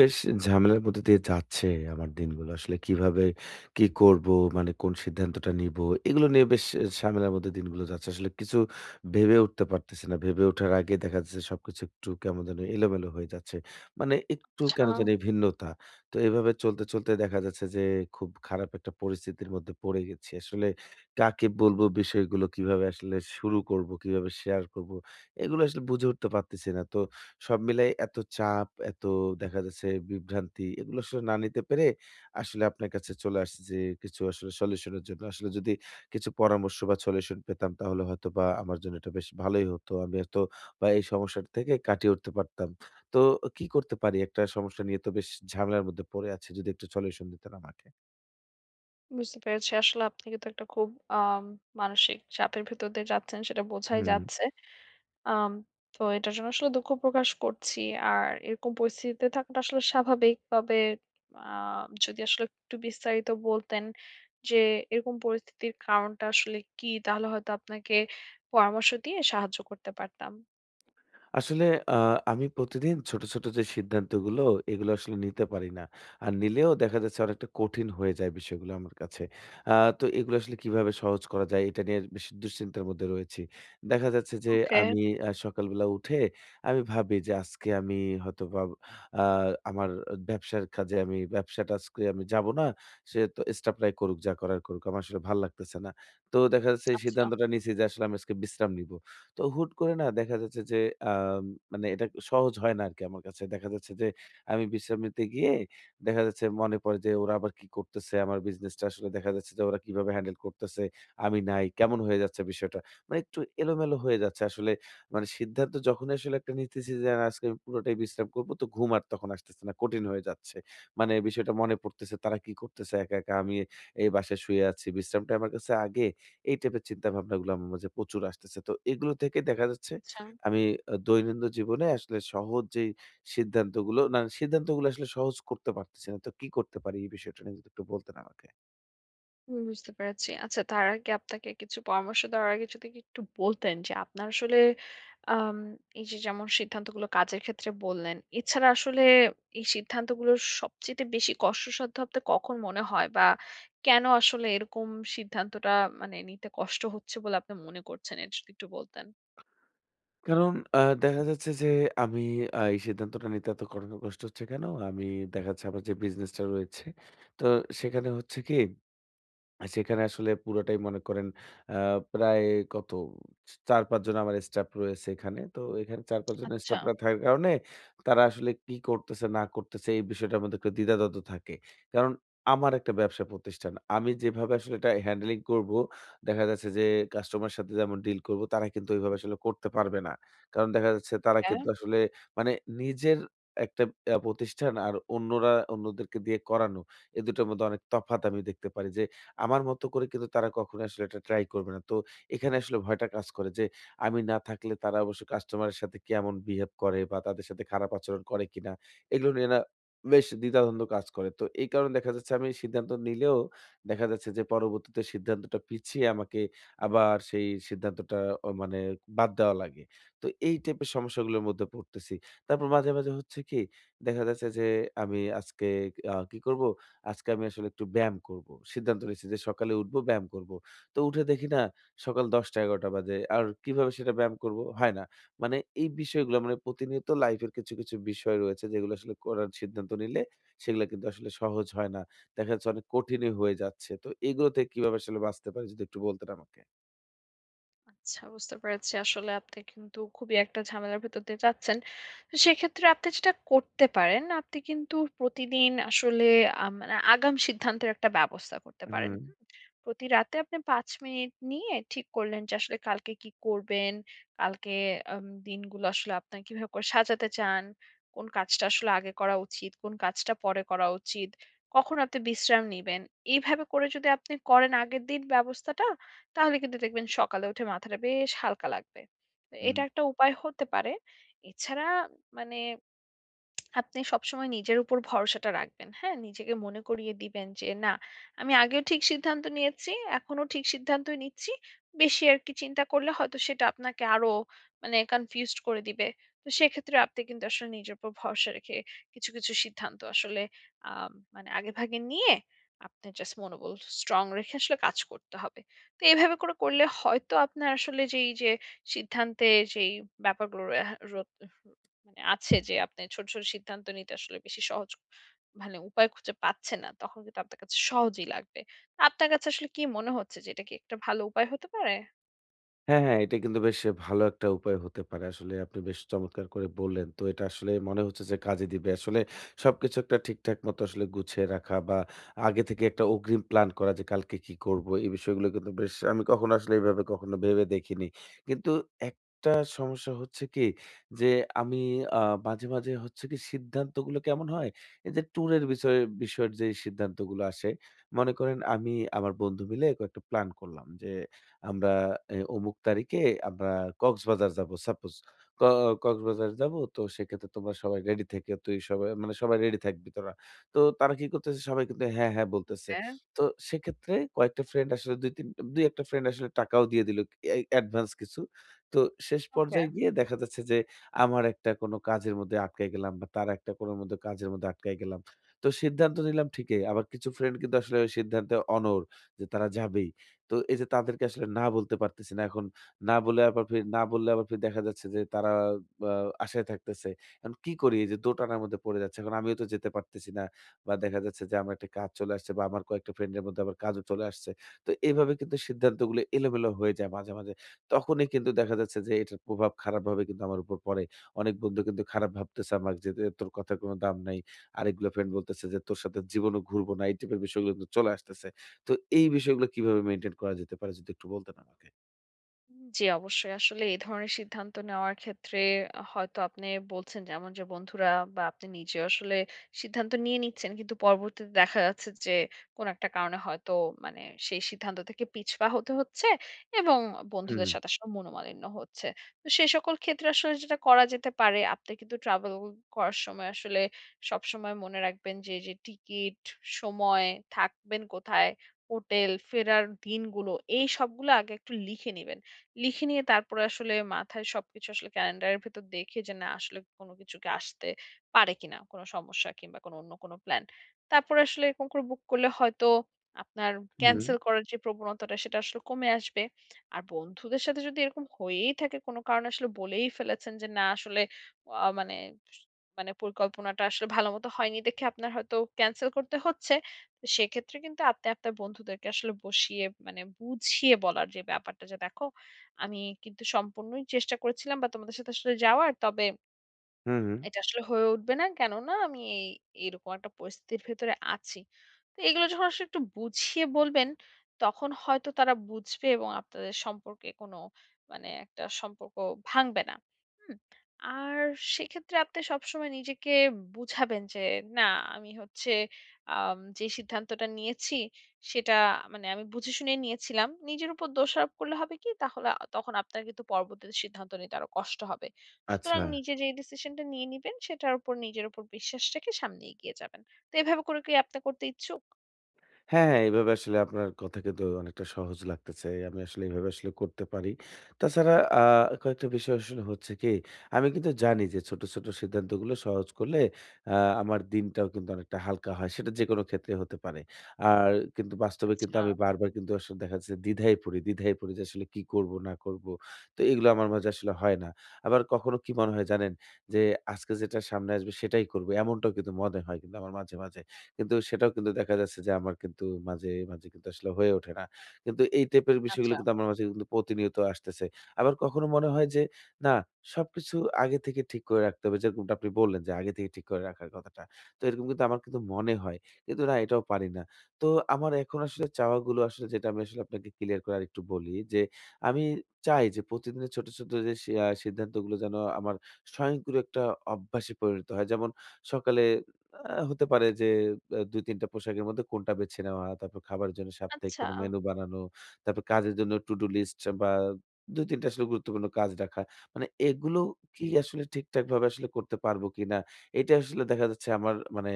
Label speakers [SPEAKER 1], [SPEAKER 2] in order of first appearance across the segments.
[SPEAKER 1] বেশ ঝামেলার মধ্যে দিয়ে যাচ্ছে আমার দিনগুলো। আসলে কিভাবে কি করব? মানে কোন সিদ্ধান্তটা নিবো? এগুলো নিয়ে বেশ ঝামেলার মধ্যে দিনগুলো যাচ্ছে। আসলে কিছু ভেবে উঠতে পারতেছি না। ভেবে ওঠার আগে দেখা যাচ্ছে সবকিছু একটু কেমন যেন এলোমেলো হয়ে যাচ্ছে। মানে একটু
[SPEAKER 2] আচ্ছা,
[SPEAKER 1] কেন জানি ভিন্নতা। তো এভাবে চলতে, চলতে দেখা যাচ্ছে যে খুব খারাপ একটা পরিস্থিতির মধ্যে পড়ে গেছি। আসলে কাকে বলবো বিষয়গুলো? কিভাবে আসলে শুরু করব? কিভাবে শেয়ার করব? এগুলো আসলে বুঝে উঠতে পারতেছি না। তো সব মিলাই এত চাপ, এত দেখা যাচ্ছে বিভ্রান্তি এগুলো আসলে না নিতে পেরে আসলে আপনার কাছে চলে আসছি যে কিছু আসলে সলিউশন এর জন্য। আসলে যদি কিছু পরামর্শ বা সলিউশন পেতাম তাহলে হয়তোবা আমার জন্য এটা বেশ ভালোই হতো। আমি হয়তো বা এই সমস্যাটা থেকে কাটিয়ে উঠতে পারতাম। তো কি করতে পারি? একটা সমস্যা নিয়ে তো বেশ ঝামেলার মধ্যে পড়ে আছি। যদি একটু সলিউশন দিতেন আমাকে।
[SPEAKER 2] বুঝতে পেরেছি। আসলে আপনি কিন্তু একটা খুব মানসিক চাপের ভেতর দিয়ে যাচ্ছেন সেটা বোঝাই
[SPEAKER 1] হুম।
[SPEAKER 2] যাচ্ছে। আম তো এটার জন্য আসলে দুঃখ প্রকাশ করছি। আর এরকম পরিস্থিতিতে থাকাটা আসলে স্বাভাবিক। তবে আ যদি আসলে একটু বিস্তারিত বলতেন যে এরকম পরিস্থিতির কারণটা আসলে কি? তাহলে হয়তো আপনাকে পরামর্শ দিয়ে সাহায্য করতে পারতাম।
[SPEAKER 1] আসলে আ আমি প্রতিদিন ছোট, ছোট যে সিদ্ধান্তগুলো এগুলো আসলে নিতে পারি না। আর নিলেও দেখা যাচ্ছে অনেকটা কঠিন হয়ে যায় বিষয়গুলো আমার কাছে। আ তো এগুলো আসলে কিভাবে সহজ করা যায় এটা নিয়ে বেশ দুশ্চিন্তার মধ্যে রয়েছি। দেখা যাচ্ছে যে
[SPEAKER 2] ওকে,
[SPEAKER 1] আমি সকালবেলা উঠে আমি ভাবি যে আজকে আমি হয়তোবা আ আমার ব্যবসার কাজে আমি ব্যবসাটা আজকে আমি যাব না। সে তো স্টাফরাই করুক যা করার করুক। আমার আসলে ভাল লাগতেছে না। তো দেখা যাচ্ছে এই
[SPEAKER 2] আচ্ছা,
[SPEAKER 1] সিদ্ধান্তটা নিছি যে আসলে আমি আজকে বিশ্রাম নিবো। তো হুট করে না দেখা যাচ্ছে যে আ আম, মানে এটা সহজ হয় না আরকি আমার কাছে। দেখা যাচ্ছে যে আমি বিশ্রাম নিতে গিয়ে দেখা যাচ্ছে মনে পড়ে যে ওরা আবার কি করতেছে? আমার বিজনেসটা আসলে দেখা যাচ্ছে যে ওরা কিভাবে হ্যান্ডেল করতেছে? আমি নাই। কেমন হয়ে যাচ্ছে বিষয়টা? মানে একটু এলোমেলো হয়ে যাচ্ছে আসলে। মানে সিদ্ধান্ত যখনই আসলে একটা নিতেছি যে না, আজকে আমি পুরোটাই বিশ্রাম করব তো ঘুম আর তখন আসতেছে না। কঠিন হয়ে যাচ্ছে। মানে বিষয়টা মনে পড়তেছে তারা কি করতেছে একা, একা? আমি এই বাসায় শুয়ে আছি। বিশ্রামটা আমার কাছে আগে। এই টাইপের চিন্তাভাবনাগুলো আমার মাঝে প্রচুর আসতেছে। তো এগুলো থেকে দেখা যাচ্ছে
[SPEAKER 2] আচ্ছা।
[SPEAKER 1] আমি দৈনন্দিন জীবনে আসলে সহজ যেই সিদ্ধান্তগুলো আসলে সহজ করতে পারতেছি না। তো কি করতে পারি এই বিষয়টা নিয়ে যদি একটু বলতেন আমাকে?
[SPEAKER 2] হুম, বুঝতে পেরেছি। আচ্ছা তার আগে আপনাকে কিছু পরামর্শ দেওয়ার আগে যদি একটু বলতেন যে আপনার আসলে আম এই যে যেমন সিদ্ধান্তগুলো কাজের ক্ষেত্রে বললেন, এছাড়া আসলে এই সিদ্ধান্তগুলোর সবচাইতে বেশি কষ্টসাধ্য আপনার কখন মনে হয়? বা কেন আসলে এরকম সিদ্ধান্তটা মানে নিতে কষ্ট হচ্ছে বলে আপনি মনে করছেন? এটা যদি একটু বলতেন।
[SPEAKER 1] কারণ দেখা যাচ্ছে যে আমি এই সিদ্ধান্তটা নিতে এত কঠিন কষ্ট হচ্ছে কেন? আমি দেখা যাচ্ছে আমার যে বিজনেসটা রয়েছে, তো সেখানে হচ্ছে কি আর সেখানে আসলে পুরাটাই মনে করেন আ প্রায় কত ৪-৫ জন আমার স্টাফ রয়েছে এখানে। তো এখানে ৪-৫ জন
[SPEAKER 2] আচ্ছা,
[SPEAKER 1] স্টাফরা থাকার কারণে তারা আসলে কি করতেছে না করতেছে এই বিষয়টার মধ্যে একটু দ্বিধাদ্বন্দ্ব থাকে। কারণ আমার একটা ব্যবসা প্রতিষ্ঠান। আমি যেভাবে আসলে এটা হ্যান্ডলিং করব, দেখা যাচ্ছে যে কাস্টমারের সাথে যেমন ডিল করব তারা কিন্তু ওইভাবে আসলে করতে পারবে না। কারণ দেখা যাচ্ছে তারা
[SPEAKER 2] হ্যাঁ।
[SPEAKER 1] কিন্তু আসলে মানে নিজের একটা প্রতিষ্ঠান আর অন্যরা অন্যদেরকে দিয়ে করানো এ দুটোর মধ্যে অনেক তফাৎ আমি দেখতে পারি যে আমার মতো করে কিন্তু তারা কখনোই আসলে এটা ট্রাই করবে না। তো এখানে আসলে ভয়টা কাজ করে যে আমি না থাকলে তারা অবশ্য কাস্টমারের সাথে কেমন বিহেভ করে বা তাদের সাথে খারাপ আচরণ করে কিনা? এগুলো নিয়ে না বেশ দ্বিধাদ্বন্দ্ব কাজ করে। তো এই কারণে দেখা যাচ্ছে আমি সিদ্ধান্ত নিলেও দেখা যাচ্ছে যে পরবর্তীতে সিদ্ধান্তটা পিছিয়ে আমাকে আবার সেই সিদ্ধান্তটা মানে বাদ দেওয়া লাগে। তো এই টাইপের সমস্যাগুলোর মধ্যে পড়তেছি। তারপর মাঝে, মাঝে হচ্ছে কি দেখা যাচ্ছে যে আমি আজকে কি করব আজকে আমি আসলে একটু ব্যায়াম করব। সিদ্ধান্ত নিয়েছি যে সকালে উঠবো, ব্যায়াম করব। তো উঠে দেখি না সকাল ১০টা-১১টা বাজে। আর কিভাবে সেটা ব্যায়াম করব? হয় না। মানে এই বিষয়গুলো মানে প্রতিনিয়ত লাইফের কিছু, কিছু বিষয় রয়েছে যেগুলো আসলে করার সিদ্ধান্ত নিলে সেগুলা কিন্তু আসলে সহজ হয় না। দেখা যাচ্ছে অনেক কঠিনই হয়ে যাচ্ছে। তো এগুলো থেকে কিভাবে আসলে বাঁচতে পারি যদি একটু বলতেন আমাকে?
[SPEAKER 2] আচ্ছা বুঝতে পেরেছি। আসলে আপনি কিন্তু খুবই একটা ঝামেলার ভেতর দিয়ে যাচ্ছেন। তো সেক্ষেত্রে আপনি যেটা করতে পারেন, আপনি কিন্তু প্রতিদিন আসলে মানে আগাম সিদ্ধান্তের একটা ব্যবস্থা করতে পারেন।
[SPEAKER 1] হুম।
[SPEAKER 2] হুম? প্রতি রাতে আপনি ৫ মিনিট নিয়ে ঠিক করলেন যে আসলে কালকে কি করবেন, কালকে দিনগুলো আসলে আপনার কিভাবে করে সাজাতে চান, কোন কাজটা আসলে আগে করা উচিত, কোন কাজটা পরে করা উচিত, কখন আপনি বিশ্রাম নিবেন। এইভাবে করে যদি আপনি করেন আগের দিন ব্যবস্থাটা তাহলে কিন্তু দেখবেন সকালে উঠে মাথাটা বেশ হালকা লাগবে। তো
[SPEAKER 1] হুম।
[SPEAKER 2] এটা একটা উপায় হতে পারে। এছাড়া মানে আপনি সবসময় নিজের উপর ভরসাটা রাখবেন। হ্যাঁ? নিজেকে মনে করিয়ে দিবেন যে, "না, আমি আগেও ঠিক সিদ্ধান্ত নিয়েছি, এখনো ঠিক সিদ্ধান্তই নিচ্ছি।" বেশি আরকি চিন্তা করলে হয়তো সেটা আপনাকে আরো মানে কনফিউজড করে দিবে। তো সেক্ষেত্রে আপনি কিন্তু আসলে নিজের উপর ভরসা রেখে কিছু, কিছু সিদ্ধান্ত আসলে আ মানে আগেভাগে নিয়ে আপনার জাস্ট মনোবল স্ট্রং রেখে আসলে কাজ করতে হবে। তো এভাবে করে করলে হয়তো আপনার আসলে যেই যে সিদ্ধান্তে যেই ব্যাপারগুলো রেহা রত মানে আছে যে আপনি ছোট, ছোট সিদ্ধান্ত নিতে আসলে বেশি সহজ মানে উপায় খুঁজে পাচ্ছেন না। তখন কিন্তু আপনার কাছে সহজই লাগবে। আপনার কাছে আসলে কি মনে হচ্ছে যে এটা কি একটা ভালো উপায় হতে পারে?
[SPEAKER 1] হ্যাঁ, হ্যাঁ, এটা কিন্তু বেশ ভালো একটা উপায় হতে পারে। আসলে আপনি বেশ চমৎকার করে বললেন। তো এটা আসলে মনে হচ্ছে যে কাজে দিবে। আসলে সবকিছু একটা ঠিকঠাক মতো আসলে গুছিয়ে রাখা বা আগে থেকে একটা অগ্রিম প্ল্যান করা যে কালকে কি করবো? এই বিষয়গুলো কিন্তু বেশ আমি কখনো আসলে এভাবে কখনো ভেবে দেখিনি। কিন্তু একটা সমস্যা হচ্ছে কি যে আমি আ মাঝে, মাঝে হচ্ছে কি সিদ্ধান্তগুলো কেমন হয়? এই যে ট্যুরের বিষয়ের যে সিদ্ধান্তগুলো আসে, মনে করেন আমি আমার বন্ধু মিলে কয়েকটা প্ল্যান করলাম যে আমরা অমুক তারিখে আমরা কক্সবাজার যাব সাপোজ। ক কক্সবাজার যাব তো সেক্ষেত্রে তোমরা সবাই রেডি থেকে তুই সবাই মানে সবাই রেডি থাকবি তোরা। তো তারা কি করতেছে সবাই কিন্তু হ্যাঁ, হ্যাঁ বলতেছে।
[SPEAKER 2] হ্যাঁ।
[SPEAKER 1] তো সেক্ষেত্রে কয়েকটা ফ্রেন্ড আসলে ২-৩ ২-১ টা ফ্রেন্ড আসলে টাকাও দিয়ে দিল এই অ্যাডভান্স কিছু। তো শেষ
[SPEAKER 2] ওকে।
[SPEAKER 1] পর্যায়ে গিয়ে দেখা যাচ্ছে যে আমার একটা কোনো কাজের মধ্যে আটকায় গেলাম বা তার একটা কোনো মধ্যে কাজের মধ্যে আটকায় গেলাম। তো সিদ্ধান্ত নিলাম ঠিকই। আবার কিছু ফ্রেন্ড কিন্তু আসলে ওই সিদ্ধান্তে অনড় যে তারা যাবেই। তো এই যে তাদেরকে আসলে না বলতে পারতেছি না। এখন না বললে আবার ফির দেখা যাচ্ছে যে তারা আ আশায় থাকতেছে। এখন কি করি? এই যে দোটানার মধ্যে পড়ে যাচ্ছে। এখন আমিও তো যেতে পারতেছি না। বা দেখা যাচ্ছে যে আমার একটা কাজ চলে আসছে বা আমার কয়েকটা ফ্রেন্ডের মধ্যে আবার কাজও চলে আসছে। তো এভাবে কিন্তু সিদ্ধান্তগুলো এলোমেলো হয়ে যায় মাঝে, মাঝে। তখনই কিন্তু দেখা যাচ্ছে যে এটার প্রভাব খারাপভাবে কিন্তু আমার উপর পড়ে। অনেক বন্ধু কিন্তু খারাপ ভাবতেছে আমাকে যে, "এ তোর কথার কোনো দাম নাই।" আরেকগুলো ফ্রেন্ড বলতেছে যে, "তোর সাথে জীবনেও ঘুরবো না।" এই টাইপের বিষয়গুলো কিন্তু চলে আসতেছে। তো এই বিষয়গুলো কিভাবে মেইনটেইন করা যেতে পারে যদি একটু বলতেন আমাকে?
[SPEAKER 2] জি, অবশ্যই। আসলে এই ধরনের সিদ্ধান্ত নেওয়ার ক্ষেত্রে হয়তো আপনি বলছেন যেমন যে বন্ধুরা বা আপনি নিজে আসলে সিদ্ধান্ত নিয়ে নিচ্ছেন। কিন্তু পরবর্তীতে দেখা যাচ্ছে যে কোন একটা কারণে হয়তো মানে সেই সিদ্ধান্ত থেকে পিছপা হতে হচ্ছে এবং
[SPEAKER 1] হুম,
[SPEAKER 2] বন্ধুদের সাথে আসলে মনোমালিন্য হচ্ছে। তো সেই সকল ক্ষেত্রে আসলে যেটা করা যেতে পারে আপনি কিন্তু ট্রাভেল করার সময় আসলে সবসময় মনে রাখবেন যে, যে টিকিট, সময়, থাকবেন কোথায়, হোটেল, ফেরার দিনগুলো এই সবগুলো আগে একটু লিখে নিবেন। লিখে নিয়ে তারপরে আসলে মাথায় সবকিছু আসলে ক্যালেন্ডারের ভেতর দেখে যে না আসলে কোনো কিছু কি আসতে পারে কিনা কোনো সমস্যা কিংবা কোনো অন্য কোনো প্ল্যান তারপরে আসলে এরকম করে বুক করলে হয়তো আপনার
[SPEAKER 1] হুম, হুম,
[SPEAKER 2] ক্যান্সেল করার যে প্রবণতাটা সেটা আসলে কমে আসবে আর বন্ধুদের সাথে যদি এরকম হয়েই থাকে কোনো কারণে আসলে বলেই ফেলেছেন যে না আসলে মানে মানে পরিকল্পনাটা আসলে ভালো মতো হয়নি দেখে আপনার হয়তো ক্যান্সেল করতে হচ্ছে তো সেক্ষেত্রে কিন্তু আপনি আপনার বন্ধুদেরকে আসলে বসিয়ে মানে বুঝিয়ে বলার যে ব্যাপারটা যে দেখো আমি কিন্তু সম্পূর্ণই চেষ্টা করেছিলাম বা তোমাদের সাথে আসলে যাওয়ার। তবে
[SPEAKER 1] হুম, হুম।
[SPEAKER 2] এটা আসলে হয়ে উঠবে না। কেননা আমি এই এরকম একটা পরিস্থিতির ভেতরে আছি। তো এগুলো যখন আসলে একটু বুঝিয়ে বলবেন, তখন হয়তো তারা বুঝবে এবং আপনাদের সম্পর্কে কোনো মানে একটা সম্পর্ক ভাঙবে না। হুম? আর সেক্ষেত্রে আপনি সবসময় নিজেকে বুঝাবেন যে, "না, আমি হচ্ছে যে সিদ্ধান্তটা নিয়েছি, সেটা মানে আমি বুঝে শুনেই নিয়েছিলাম।" নিজের উপর দোষারোপ করলে হবে কি? তাহলে তখন আপনার কিন্তু পরবর্তীতে সিদ্ধান্ত নিতে আরো কষ্ট হবে। সুতরাং
[SPEAKER 1] আচ্ছা।
[SPEAKER 2] নিজে যেই ডিসিশনটা নিয়ে নিবেন সেটার উপর নিজের উপর বিশ্বাস রেখে সামনে এগিয়ে যাবেন। তো এভাবে করে কি আপনি করতে ইচ্ছুক?
[SPEAKER 1] হ্যাঁ, হ্যাঁ, এভাবে আসলে আপনার কথা কিন্তু অনেকটা সহজ লাগতেছে। আমি আসলে এভাবে আসলে করতে পারি। তাছাড়া কয়েকটা বিষয় আসলে হচ্ছে কি, আমি কিন্তু জানি যে ছোট, ছোট সিদ্ধান্তগুলো সহজ করলে আ আমার দিনটাও কিন্তু অনেকটা হালকা হয়। সেটা যেকোনো ক্ষেত্রে হতে পারে। আর কিন্তু বাস্তবে কিন্তু
[SPEAKER 2] আচ্ছা,
[SPEAKER 1] আমি বারবার কিন্তু আসলে দেখা যাচ্ছে দ্বিধায় পড়ি, দ্বিধায় পড়ি যে আসলে কি করব না করব। তো এগুলো আমার মাঝে আসলে হয় না। আবার কখনো কি মনে হয় জানেন? যে আজকে যেটা সামনে আসবে সেটাই করব। এমনটাও কিন্তু মনে হয় কিন্তু আমার মাঝে, মাঝে। কিন্তু সেটাও কিন্তু দেখা যাচ্ছে যে আমার কিন্তু মাঝে, মাঝে কিন্তু আসলে হয়ে ওঠে না। কিন্তু এই টাইপের
[SPEAKER 2] আচ্ছা,
[SPEAKER 1] বিষয়গুলো কিন্তু আমার মাঝে কিন্তু প্রতিনিয়ত আসতেছে। আবার কখনো মনে হয় যে না সবকিছু আগে থেকে ঠিক করে রাখতে হবে। যেরকমটা আপনি বললেন যে আগে থেকে ঠিক করে রাখার কথাটা। তো এরকম কিন্তু আমার কিন্তু মনে হয়। কিন্তু না এটাও পারি না। তো আমার এখন আসলে চাওয়াগুলো আসলে যেটা আমি আসলে আপনাকে ক্লিয়ার করে আরেকটু বলি যে আমি চাই যে প্রতিদিনের ছোট, ছোট যে সি আ সিদ্ধান্তগুলো যেন আমার স্বয়ংক্রিয় একটা অভ্যাসে পরিণত হয়। যেমন সকালে হতে পারে যে ২-৩ টা পোশাকের মধ্যে কোনটা বেছে নেওয়া, তারপর খাবারের জন্য সাপ্তাহিক
[SPEAKER 2] আচ্ছা।
[SPEAKER 1] কোনো মেনু বানানো, তারপর কাজের জন্য to do list বা ২-৩ টা আসলে গুরুত্বপূর্ণ কাজ রাখা। মানে এগুলো কি আসলে ঠিকঠাকভাবে আসলে করতে পারবো কিনা? এটা আসলে দেখা যাচ্ছে আমার মানে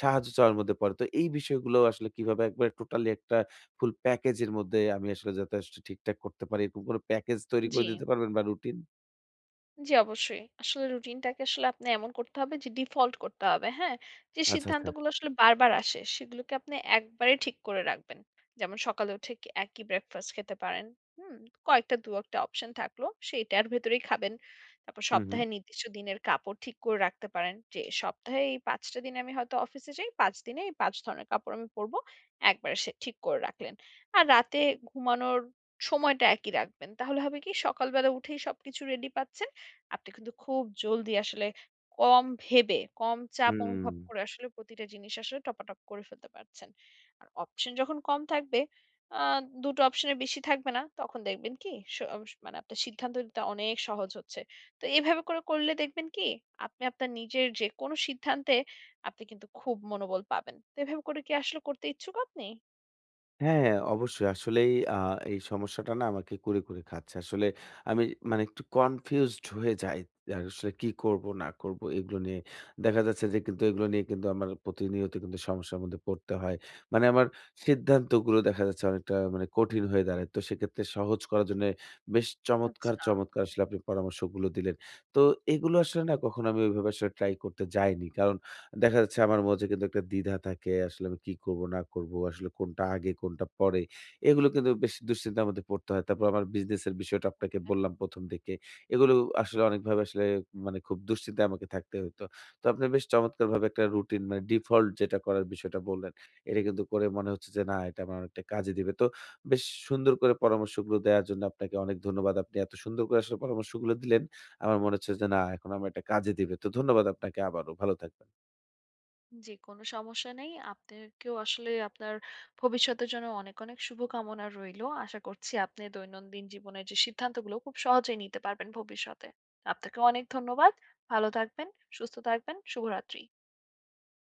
[SPEAKER 1] সাহায্য চাওয়ার মধ্যে পড়ে। তো এই বিষয়গুলো আসলে কিভাবে একবারে টোটালি একটা ফুল প্যাকেজ এর মধ্যে আমি আসলে যাতে আসলে ঠিকঠাক করতে পারি, এরকম কোনো প্যাকেজ তৈরি করে
[SPEAKER 2] জি।
[SPEAKER 1] দিতে পারবেন বা রুটিন?
[SPEAKER 2] জি, অবশ্যই। আসলে রুটিনটাকে আসলে আপনি এমন করতে হবে যে ডিফল্ট করতে হবে, হ্যাঁ? যে
[SPEAKER 1] আচ্ছা, আচ্ছা।
[SPEAKER 2] সিদ্ধান্তগুলো আসলে বারবার আসে সেগুলোকে আপনি একবারে ঠিক করে রাখবেন। যেমন সকালে উঠে কি একই ব্রেকফাস্ট খেতে পারেন, হুম? কয়েকটা ২-১ টা অপশন থাকলো সেইটার ভেতরেই খাবেন। তারপর
[SPEAKER 1] হু, হু।
[SPEAKER 2] সপ্তাহে নির্দিষ্ট দিনের কাপড় ঠিক করে রাখতে পারেন যে সপ্তাহে এই ৫ টা দিন আমি হয়তো অফিসে যাই, ৫ দিনে এই ৫ ধরনের কাপড় আমি পরব। একবারে সে ঠিক করে রাখলেন। আর রাতে ঘুমানোর সময়টা একই রাখবেন। তাহলে হবে কি সকালবেলা উঠেই সবকিছু রেডি পাচ্ছেন। আপনি কিন্তু খুব জলদি আসলে কম ভেবে, কম চাপ
[SPEAKER 1] হুম।
[SPEAKER 2] অনুভব করে আসলে প্রতিটা জিনিস আসলে টপাটপ করে ফেলতে পারছেন। আর অপশন যখন কম থাকবে, আ ২ টো অপশনের বেশি থাকবে না, তখন দেখবেন কি স মানে আপনার সিদ্ধান্ত নিতে অনেক সহজ হচ্ছে। তো এভাবে করে করলে দেখবেন কি আপনি আপনার নিজের যেকোনো সিদ্ধান্তে আপনি কিন্তু খুব মনোবল পাবেন। তো এভাবে করে কি আসলে করতে ইচ্ছুক আপনি?
[SPEAKER 1] হ্যাঁ, হ্যাঁ, অবশ্যই। আসলেই এই সমস্যাটা না আমাকে কুরে, কুরে খাচ্ছে। আসলে আমি মানে একটু কনফিউজড হয়ে যাই। আর আসলে কি করব না করব এগুলো নিয়ে। দেখা যাচ্ছে যে কিন্তু এগুলো নিয়ে কিন্তু আমার প্রতিনিয়ত কিন্তু সমস্যার মধ্যে পড়তে হয়। মানে আমার সিদ্ধান্তগুলো দেখা যাচ্ছে অনেকটা মানে কঠিন হয়ে দাঁড়ায়। তো সেক্ষেত্রে সহজ করার জন্যে বেশ চমৎকার,
[SPEAKER 2] আচ্ছা।
[SPEAKER 1] চমৎকার আসলে আপনি পরামর্শগুলো দিলেন। তো এগুলো আসলে না কখনো আমি ওইভাবে আসলে ট্রাই করতে যাইনি। কারণ দেখা যাচ্ছে আমার মধ্যে কিন্তু একটা দ্বিধা থাকে। আসলে আমি কি করব না করব? আসলে কোনটা আগে কোনটা পরে? এগুলো কিন্তু বেশ দুশ্চিন্তার মধ্যে পড়তে হয়। তারপর আমার বিজনেসের বিষয়টা আপনাকে
[SPEAKER 2] ওকে।
[SPEAKER 1] বললাম প্রথম দিকে। এগুলো আসলে অনেকভাবে আসলে মানে খুব দুশ্চিন্তায় আমাকে থাকতে হতো। তো আপনি বেশ চমৎকারভাবে একটা রুটিন মানে ডিফল্ট যেটা করার বিষয়টা বললেন। এটা কিন্তু করে মনে হচ্ছে যে না এটা আমার অনেকটা কাজে দিবে। তো বেশ সুন্দর করে পরামর্শগুলো দেওয়ার জন্য আপনাকে অনেক ধন্যবাদ। আপনি এত সুন্দর করে আসলে পরামর্শগুলো দিলেন। আমার মনে হচ্ছে যে না এখন আমার এটা কাজে দিবে। তো ধন্যবাদ আপনাকে আবারও। ভালো থাকবেন।
[SPEAKER 2] জি, কোনো সমস্যা নেই। আপনাকেও আসলে আপনার ভবিষ্যতের জন্য অনেক, অনেক শুভকামনা রইলো। আশা করছি আপনি দৈনন্দিন জীবনের যে সিদ্ধান্তগুলো খুব সহজেই নিতে পারবেন ভবিষ্যতে। আপনাকে অনেক ধন্যবাদ। ভালো থাকবেন, সুস্থ থাকবেন। শুভরাত্রি।